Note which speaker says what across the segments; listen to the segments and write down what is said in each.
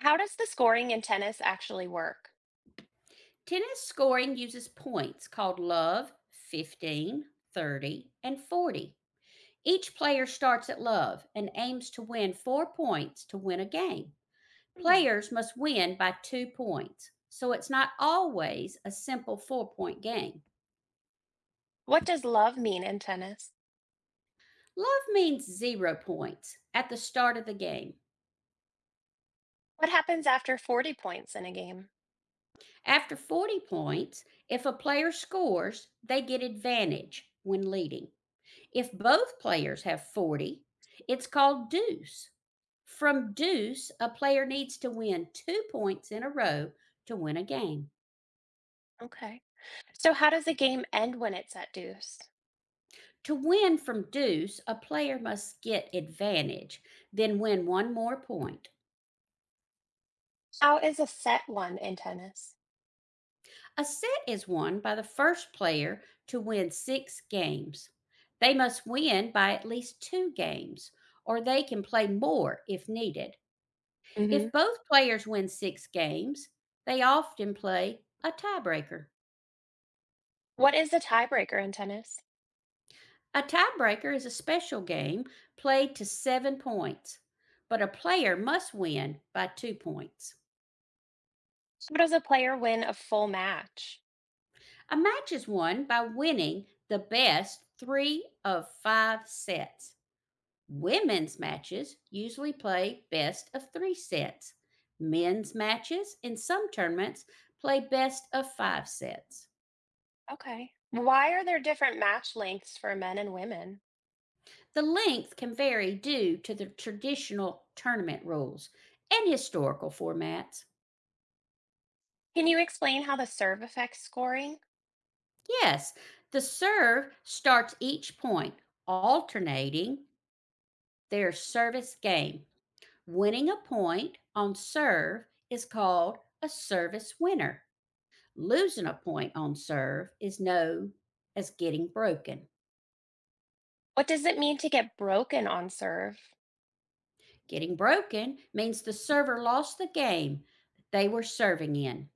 Speaker 1: How does the scoring in tennis actually work?
Speaker 2: Tennis scoring uses points called love, 15, 30, and 40. Each player starts at love and aims to win four points to win a game.
Speaker 1: Hmm.
Speaker 2: Players must win by two points, so it's not always a simple four point game.
Speaker 1: What does love mean in tennis?
Speaker 2: Love means zero points at the start of the game.
Speaker 1: What happens after 40 points in a game?
Speaker 2: After 40 points, if a player scores, they get advantage when leading. If both players have 40, it's called deuce. From deuce, a player needs to win two points in a row to win a game.
Speaker 1: Okay. So, how does a game end when it's at deuce?
Speaker 2: To win from deuce, a player must get advantage, then win one more point.
Speaker 1: How is a set won in tennis?
Speaker 2: A set is won by the first player to win six games. They must win by at least two games, or they can play more if needed. If
Speaker 1: Mhm.
Speaker 2: both players win six games, they often play a tiebreaker.
Speaker 1: What is a tiebreaker in tennis?
Speaker 2: A tiebreaker is a special game played to 7 points, but a player must win by two points.
Speaker 1: How does a player win a full match?
Speaker 2: A match is won by winning the best three of five sets. Women's matches usually play best of three sets. Men's matches, in some tournaments, play best of five sets.
Speaker 1: Okay. Why are there different match lengths for men and women?
Speaker 2: The length can vary due to the traditional tournament rules and historical formats.
Speaker 1: Can you explain how the serve affects scoring?
Speaker 2: Yes, the serve starts each point, alternating their service game. Winning a point on serve is called a service winner. Losing a point on serve is known as getting broken.
Speaker 1: What does it mean to get broken on serve?
Speaker 2: Getting broken means the server lost the game that they were serving in.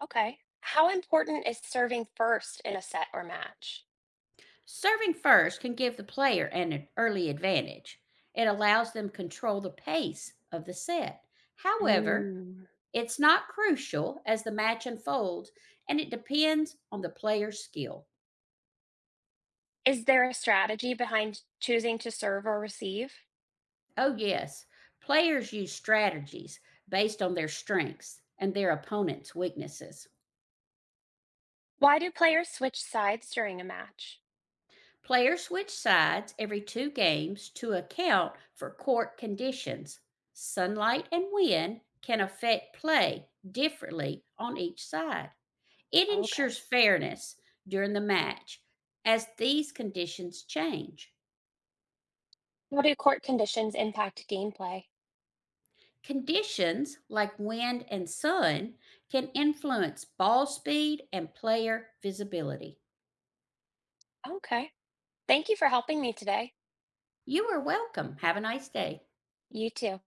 Speaker 1: Okay. How important is serving first in a set or match?
Speaker 2: Serving first can give the player an early advantage. It allows them control the pace of the set. However,
Speaker 1: Mm.
Speaker 2: it's not crucial as the match unfolds, and it depends on the player's skill.
Speaker 1: Is there a strategy behind choosing to serve or receive?
Speaker 2: Oh, yes, players use strategies based on their strengths and their opponent's weaknesses.
Speaker 1: Why do players switch sides during a match?
Speaker 2: Players switch sides every two games to account for court conditions. Sunlight and wind can affect play differently on each side. It ensures
Speaker 1: Okay.
Speaker 2: fairness during the match as these conditions change.
Speaker 1: How do court conditions impact gameplay?
Speaker 2: Conditions like wind and sun can influence ball speed and player visibility.
Speaker 1: Okay. Thank you for helping me today.
Speaker 2: You are welcome. Have a nice day.
Speaker 1: You too.